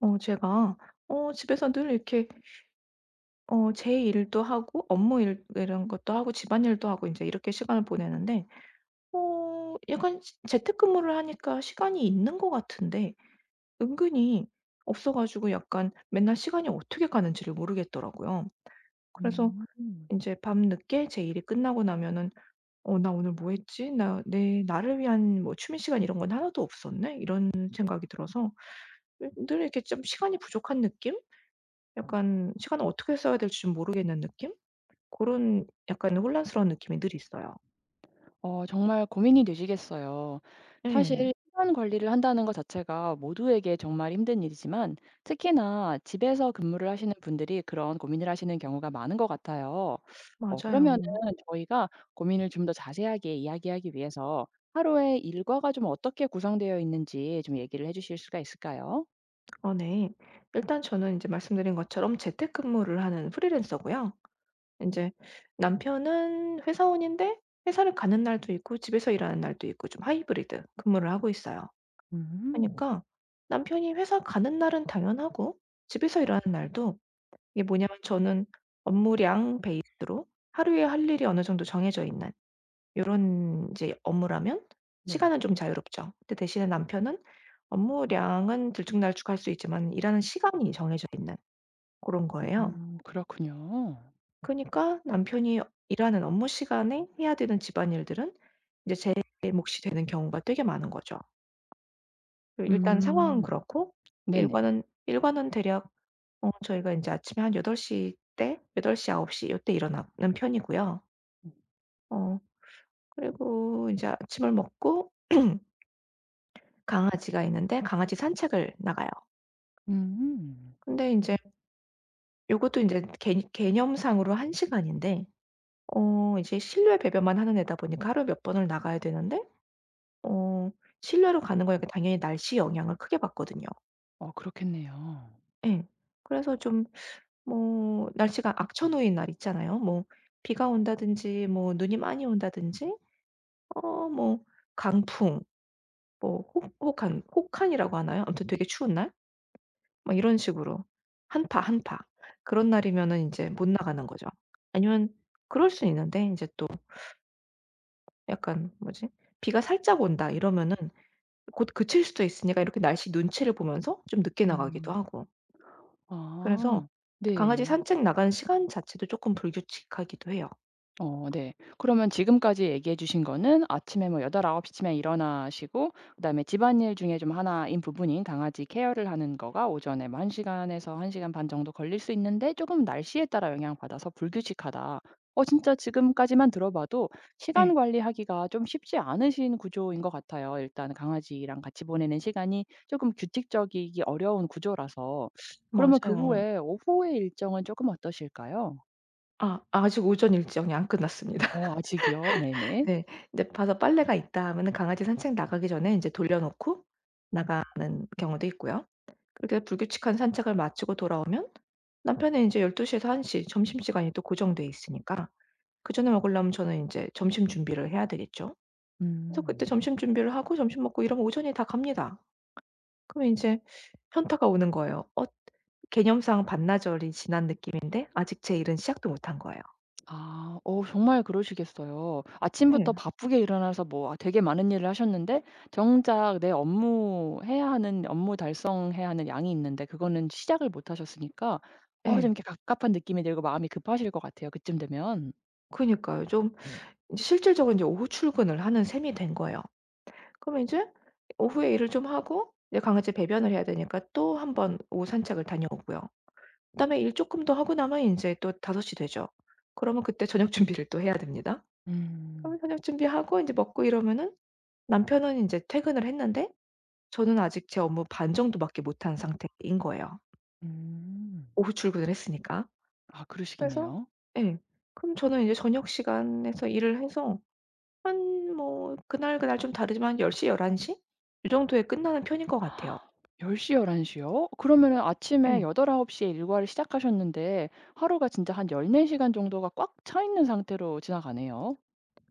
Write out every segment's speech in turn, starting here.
제가 집에서 늘 이렇게 제 일도 하고 업무 일 이런 것도 하고 집안일도 하고 이제 이렇게 시간을 보내는데 약간 지 재택근무를 하니까 시간이 있는 것 같은데 은근히 없어 가지고 약간 맨날 시간이 어떻게 가는지를 모르겠더라고요. 그래서 음. 이제 밤늦게 제 일이 끝나고 나면은 '어 나 오늘 뭐 했지? 나 내 나를 위한 뭐 취미 시간 이런 건 하나도 없었네?' 이런 생각이 들어서 늘 이렇게 좀 시간이 부족한 느낌? 약간 시간을 어떻게 써야 될지 좀 모르겠는 느낌? 그런 약간 혼란스러운 느낌이 늘 있어요. 어 정말 고민이 되시겠어요. 사실 네, 시간 관리를 한다는 것 자체가 모두에게 정말 힘든 일이지만, 특히나 집에서 근무를 하시는 분들이 그런 고민을 하시는 경우가 많은 것 같아요. 어 맞아요. 그러면은, 저희가 고민을 좀 더 자세하게 이야기하기 위해서 하루의 일과가 좀 어떻게 구성되어 있는지 좀 얘기를 해 주실 수가 있을까요? 어, 네. 일단 저는 이제 말씀드린 것처럼 재택근무를 하는 프리랜서고요. 이제 남편은 회사원인데 회사를 가는 날도 있고 집에서 일하는 날도 있고 좀 하이브리드 근무를 하고 있어요. 음. 그러니까 남편이 회사 가는 날은 당연하고 집에서 일하는 날도, 이게 뭐냐면, 저는 업무량 베이스로 하루에 할 일이 어느 정도 정해져 있는 요런 이제 업무라면 네. 시간은 좀 자유롭죠. 근데 대신에 남편은 업무량은 들쭉날쭉할 수 있지만 일하는 시간이 정해져 있는 그런 거예요. 음, 그렇군요. 그니까 러 남편이 일하는 업무 시간에 해야 되는 집안일들은 이제 제 몫이 되는 경우가 되게 많은 거죠. 그, 일단 상황은 음. 그렇고. 네네. 일과는, 일과는 대략 저희가 인제 아침에 한8덟시때8덟시9홉시 요때 일어나는 편이고요. 어 그리고 인제 아침을 먹고 강아지가 있는데 강아지 산책을 나가요. 음. 근데 인제 요것도 인제 개 개념상으로 한 시간인데 이제 실내 배변만 하는 애다 보니까 하루에 몇 번을 나가야 되는데 어 실내로 가는 거니까 당연히 날씨 영향을 크게 받거든요. 어 그렇겠네요. 예. 그래서 좀, 뭐 날씨가 악천후인 날 있잖아요. 뭐 비가 온다든지 뭐 눈이 많이 온다든지 뭐 강풍, 뭐 혹 혹한 혹한이라고 하나요? 아무튼 되게 추운 날, 막 이런 식으로 한파, 한파. 그런 날이면은 인제 못 나가는 거죠. 아니면 그럴 수는 있는데 인제 또 약간, 뭐지? 비가 살짝 온다 이러면은 곧 그칠 수도 있으니까 이렇게 날씨 눈치를 보면서 좀 늦게 나가기도 음. 하고. 그래서 아. 강아지 네. 산책 나가는 시간 자체도 쪼끔 불규칙하기도 해요. 어 네. 그러면 지금까지 얘기해 주신 거는, 아침에 뭐 8-9 시쯤에 일어나시고, 그다음에 집안일 중에 좀 하나인 부분인 강아지 케어를 하는 거가 오전에 뭐 1 시간에서 1 시간 반 정도 걸릴 수 있는데 조금 날씨에 따라 영향받아서 불규칙하다. 어 진짜 지금까지만 들어봐도 시간 예. 관리하기가 좀 쉽지 않으신 구조인 것 같아요. 일단 강아지랑 같이 보내는 시간이 조금 규칙적이기 어려운 구조라서. 그러면 그 맞아요. 후에 오후의 일정은 조금 어떠실까요? 아, 아직 오전 일정이 안 끝났습니다. 어 아직이요? 네네. 네. 인제 봐서 빨래가 있다 하면은 강아지 산책 나가기 전에 인제 돌려 놓고 나가는 경우도 있고요. 그렇게 불규칙한 산책을 마치고 돌아오면 남편은 이제1 2시에서1시 점심시간이 또 고정돼 있으니까, 그전에 먹으려면 저는 이제 점심 준비를 해야 되겠죠. 그래서 그때 음. 점심 준비를 하고 점심 먹고 이러면 오전이 다 갑니다. 그러면 이제 현타가 오는 거예요. 개념상 반나절이 지난 느낌인데 아직 제 일은 시작도 못한 거예요. 아, 어 정말 그러시겠어요. 아침부터 네, 바쁘게 일어나서 뭐, 아, 되게 많은 일을 하셨는데, 정작 내 업무, 해야 하는 업무 달성해야 하는 양이 있는데 그거는 시작을 못 하셨으니까, 어 좀 네, 이렇게 갑갑한 느낌이 들고 마음이 급하실 것 같아요, 그쯤 되면. 그니까요. 좀 이제 실질적으로 이제 오후 출근을 하는 셈이 된 거예요. 그러면 이제 오후에 일을 좀 하고 이제 강아지 배변을 해야 되니까 또 한번 오후 산책을 다녀오고요. 그다음에 일 조금 더 하고 나면 인제 또5섯시 되죠. 그러면 그때 저녁 준비를 또 해야 됩니다. 음. 그러면 저녁 준비하고 인제 먹고 이러면은 남편은 인제 퇴근을 했는데 저는 아직 제 업무 반 정도밖에 못한 상태인 거예요. 음. 오후 출근을 했으니까. 아, 그래서, 그러시겠네요. 예. 그럼 저는 이제 저녁 시간에서 일을 해서 한, 뭐 그날그날 좀 다르지만 1 0 열한 1 1이 정도에 끝나는 편인 것 같아요. 1 0열한1 1 요? 그러면은 아침에 예. 8-9 시에 일과를 시작하셨는데 하루가 진짜 한 14 시간 정도가 꽉 차 있는 상태로 지나가네요.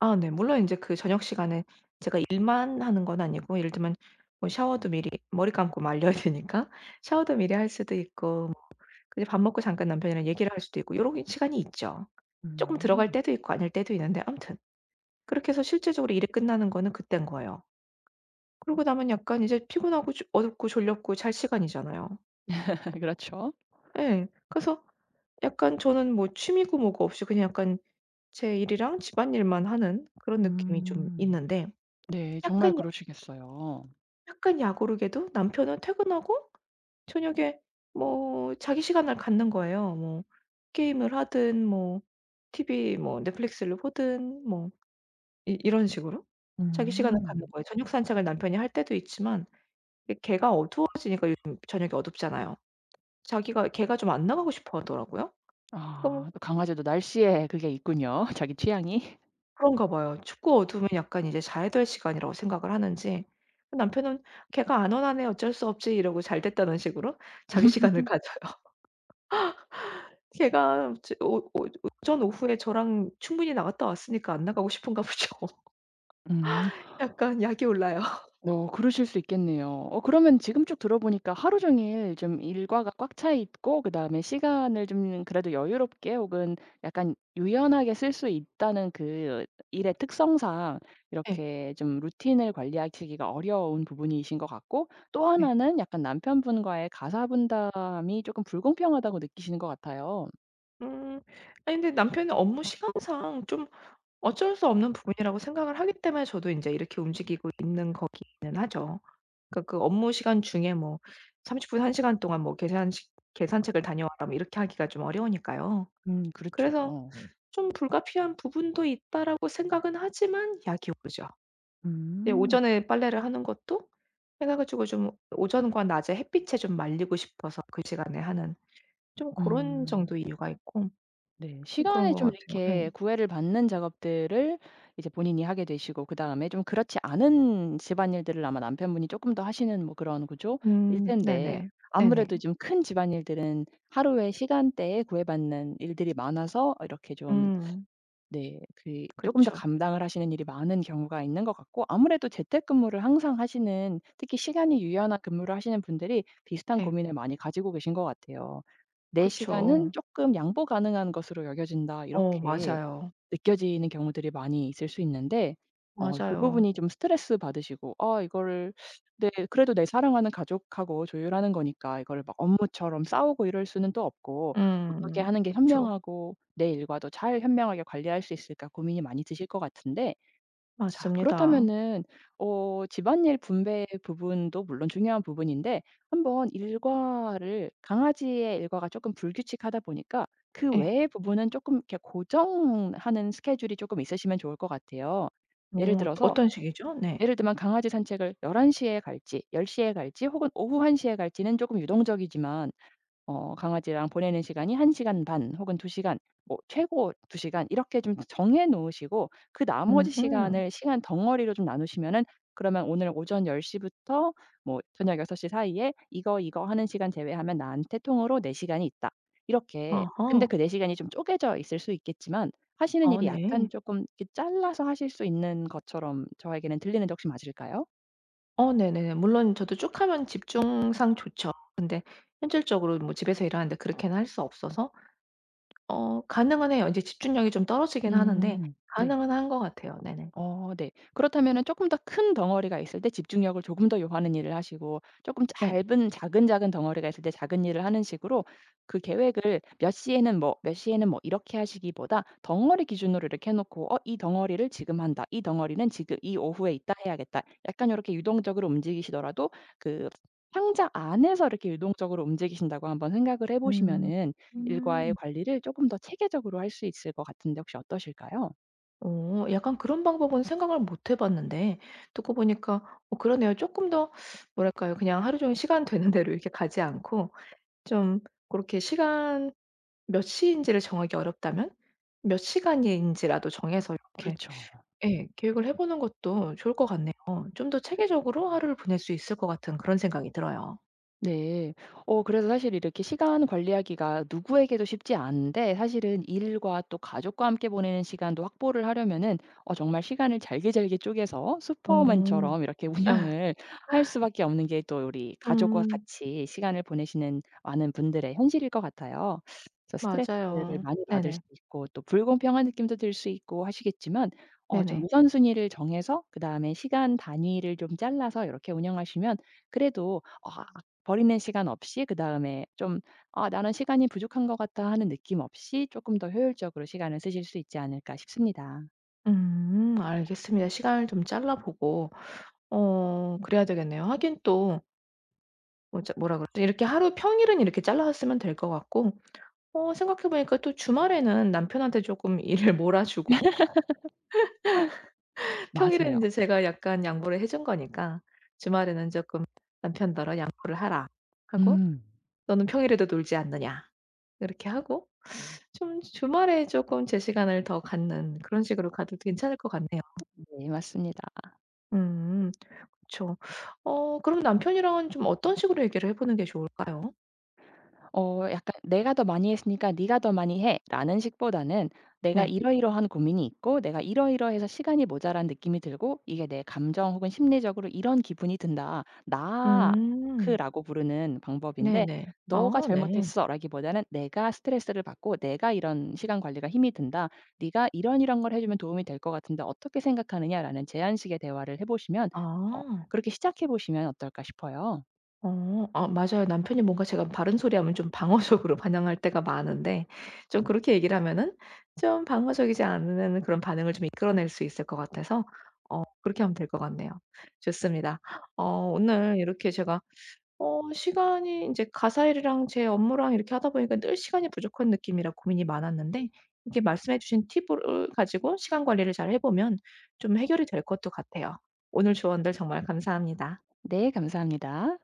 아, 네. 물론 인제 그 저녁 시간에 제가 일만 하는 건 아니고, 예를 들면 뭐 샤워도 미리 머리 감고 말려야 되니까 샤워도 미리 할 수도 있고 그냥 밥 먹고 잠깐 남편이랑 얘기를 할 수도 있고 요런 시간이 있죠. 쪼끔 들어갈 음. 때도 있고 아닐 때도 있는데, 아무튼 그렇게 해서 실제적으로 일이 끝나는 거는 그땐 거예요. 그러고 나면 약간 이제 피곤하고 조 어둡고 졸렸고 잘 시간이잖아요. 그렇죠? 예. 그래서 약간 저는 뭐 취미고 뭐고 없이 그냥 약간 제 일이랑 집안일만 하는 그런 느낌이 좀 음. 있는데, 네. 정말 약간 그러시겠어요. 약간 야구르게도 남편은 퇴근하고 저녁에 뭐 자기 시간을 갖는 거예요. 뭐 게임을 하든 뭐 TV 뭐 넷플릭스를 보든 뭐 이 이런 식으로 자기 시간을 갖는 음. 거예요. 저녁 산책을 남편이 할 때도 있지만 이가 어두워지니까, 요즘 저녁이 어둡잖아요. 자기가 개가 좀 안 나가고 싶어 하더라고요. 그럼 아. 또 강아지도 날씨에 그게 있군요, 자기 취향이. 그런가 봐요. 춥고 어두우면 약간 이제 자야 될 시간이라고 생각을 하는지 남편은 "걔가 안 원하네. 어쩔 수 없지." 이러고 잘 됐다는 식으로 자기 시간을 가져요. 걔가 저 오 오 오전 오후에 저랑 충분히 나갔다 왔으니까 안 나가고 싶은가 보죠. 음. 약간 약이 올라요. 어 그러실 수 있겠네요. 어 그러면 지금 쭉 들어보니까 하루 종일 좀 일과가 꽉 차 있고, 그다음에 시간을 좀 그래도 여유롭게 혹은 약간 유연하게 쓸 수 있다는 그 일의 특성상 네. 이렇게 좀 루틴을 관리하시기가 어려운 부분이신 것 같고, 또 네. 하나는 약간 남편분과의 가사 분담이 조금 불공평하다고 느끼시는 것 같아요. 음. 아니 근데 남편이 업무 시간상 좀 어쩔 수 없는 부분이라고 생각을 하기 때문에 저도 인제 이렇게 움직이고 있는 거기는 하죠. 그러니까 그 업무 시간 중에 뭐 30 분, 1 시간 동안 뭐 "계산식 계산책을 다녀와라." 뭐 이렇게 하기가 좀 어려우니까요. 음, 그렇죠. 그래서 좀 '불가피한 부분도 있다.'라고 생각은 하지만 약이 오르죠. 네, 음. 오전에 빨래를 하는 것도 해가 가지고 좀 오전과 낮에 햇빛에 좀 말리고 싶어서 그 시간에 하는, 좀 그런 음. 정도 이유가 있고, 네. 좀 그런 시간에 것 좀 같아요. 예. 이렇게 구애를 받는 작업들을 이제 본인이 하게 되시고, 그다음에 좀 그렇지 않은 집안일들을 아마 남편분이 쪼끔 더 하시는 뭐 그런 구조일 음, 텐데, 네네. 네네. 아무래도 좀 큰 집안일들은 하루의 시간대에 구애받는 일들이 많아서 이렇게 좀. 음, 네. 그 조금 더 그쵸. 감당을 하시는 일이 많은 경우가 있는 것 같고, 아무래도 재택근무를 항상 하시는, 특히 시간이 유연한 근무를 하시는 분들이 비슷한 예. 고민을 많이 가지고 계신 것 같아요. '내 시간은 그쵸. 조금 양보 가능한 것으로 여겨진다.' 어, 이렇게 맞아요. 느껴지는 경우들이 많이 있을 수 있는데, 어 그 맞아요. 부분이 좀 스트레스 받으시고, 어 이거를, 내 그래도 내 사랑하는 가족하고 조율하는 거니까 이거를 막 업무처럼 싸우고 이럴 수는 또 없고, '어떻게 음, 하는 게 그쵸. 현명하고 내 일과도 잘 현명하게 관리할 수 있을까?' 고민이 많이 드실 것 같은데. 자, 맞습니다. 그렇다면은, 어 집안일 분배 부분도 물론 중요한 부분인데, 한번 일과를, 강아지의 일과가 조금 불규칙하다 보니까 그 예. 외의 부분은 조금 이렇게 고정하는 스케줄이 조금 있으시면 좋을 것 같아요. 예를 들어서, 어떤 식이죠? 네. 예를 들면 강아지 산책을 11 시에 갈지 10 시에 갈지 혹은 오후 1 시에 갈지는 조금 유동적이지만, 어 강아지랑 보내는 시간이 1 시간 반 혹은 2 시간, 뭐 최고 2 시간 이렇게 좀 정해 놓으시고, 그 나머지 음음. 시간을 시간 덩어리로 좀 나누시면은, 그러면 오늘 오전 10 시부터 뭐 저녁 6시 사이에 이거, 이거 하는 시간 제외하면 나한테 통으로 4 시간이 있다. 이렇게. 근데 아하. 그 4 시간이 좀 쪼개져 있을 수 있겠지만 하시는 아, 일이 약간 네. 조금 이렇게 잘라서 하실 수 있는 것처럼 저에게는 들리는데, 혹시 맞을까요? 어, 네네네. 물론 저도 쭉 하면 집중상 좋죠. 근데 현실적으로 뭐 집에서 일하는데 그렇게는 할 수 없어서, 가능은 해요. 인제 집중력이 좀 떨어지긴 하는데 음. 네. 가능은 한 것 같아요. 네네. 어 네. 그렇다면은, 조금 더 큰 덩어리가 있을 때 집중력을 조금 더 요하는 일을 하시고, 조금 네. 짧은 작은 작은 덩어리가 있을 때 작은 일을 하는 식으로, 그 계획을 몇 시에는 뭐, 몇 시에는 뭐 이렇게 하시기보다 덩어리 기준으로 이렇게 해 놓고, '어 이 덩어리를 지금 한다. 이 덩어리는 지금 이 오후에 있다 해야겠다.' 약간 이렇게 유동적으로 움직이시더라도, 그 상자 안에서 이렇게 유동적으로 움직이신다고 한번 생각을 해 음. 보시면은, 일과의 음. 관리를 조금 더 체계적으로 할 수 있을 것 같은데, 혹시 어떠실까요? 약간 그런 방법은 생각을 못 해 봤는데 듣고 보니까 그러네요. 쪼끔 더, 뭐랄까요? 그냥 하루 종일 시간 되는 대로 이렇게 가지 않고 좀 고렇게 시간, 몇 시인지를 정하기 어렵다면 몇 시간인지라도 정해서 이렇게. 그렇죠. 예. 계획을 해 보는 것도 좋을 것 같네요. 좀 더 체계적으로 하루를 보낼 수 있을 것 같은 그런 생각이 들어요. 네. 어 그래서 사실 이렇게 시간 관리하기가 누구에게도 쉽지 않은데, 사실은 일과 또 가족과 함께 보내는 시간도 확보를 하려면은, 어 정말 시간을 잘게 잘게 쪼개서 음, 슈퍼맨처럼 이렇게 예. 운영을 할 수밖에 없는 게 또 우리 가족과 음. 같이 시간을 보내시는 많은 분들의 현실일 것 같아요. 그래서 스트레스를 맞아요. 많이 받을 수 네네. 있고 또 불공평한 느낌도 들 수 있고 하시겠지만, 어 좀 네네. 우선순위를 정해서 그다음에 시간 단위를 좀 잘라서 이렇게 운영하시면, 그래도 아 버리는 시간 없이 그다음에 좀 '아, 나는 시간이 부족한 것 같다.' 하는 느낌 없이 조금 더 효율적으로 시간을 쓰실 수 있지 않을까 싶습니다. 음. 알겠습니다. 시간을 좀 잘라 보고 그래야 되겠네요. 하긴 또뭐, 뭐라 그러지? 이렇게 하루, 평일은 이렇게 잘라 왔으면 될 것 같고, 생각해 보니까 또 주말에는 남편한테 쪼끔 일을 몰아 주고 평일에는 맞아요. 인제 제가 약간 양보를 해준 거니까 '주말에는 쪼끔 남편더러 양보를 하라.' 하고, 음. 너는 평일에도 놀지 않느냐. 이렇게 하고 좀 주말에 쪼끔 제 시간을 더 갖는 그런 식으로 가도 괜찮을 것 같네요. 네, 맞습니다. 음, 그쵸. 어, 그럼 남편이랑은 좀 어떤 식으로 얘기를 해 보는 게 좋을까요? 어 약간 "내가 더 많이 했으니까 네가 더 많이 해."라는 식보다는, 내가 네. 이러이러한 고민이 있고, 내가 이러이러해서 시간이 모자란 느낌이 들고 이게 내 감정 혹은 심리적으로 이런 기분이 든다. 나 음. 토크라고 부르는 방법인데, 네네. "너가 아, 네. 잘못했어."라기보다는 "내가 스트레스를 받고 내가 이런 시간 관리가 힘이 든다. 네가 이런 이런 걸 해 주면 도움이 될 것 같은데 어떻게 생각하느냐?"라는 제안식의 대화를 해 보시면, 어 아. 그렇게 시작해 보시면 어떨까 싶어요. 어. 아, 맞아요. 남편이 뭔가 제가 바른 소리 하면 좀 방어적으로 반응할 때가 많은데 좀 그렇게 얘기를 하면은 좀 방어적이지 않은 그런 반응을 좀 이끌어낼 수 있을 것 같아서, 그렇게 하면 될 것 같네요. 좋습니다. 어 오늘 이렇게 제가, 시간이 인제 가사 일이랑 제 업무랑 이렇게 하다 보니까 늘 시간이 부족한 느낌이라 고민이 많았는데, 이렇게 말씀해 주신 팁을 가지고 시간 관리를 잘 해 보면 좀 해결이 될 것도 같아요. 오늘 조언들 정말 감사합니다. 네, 감사합니다.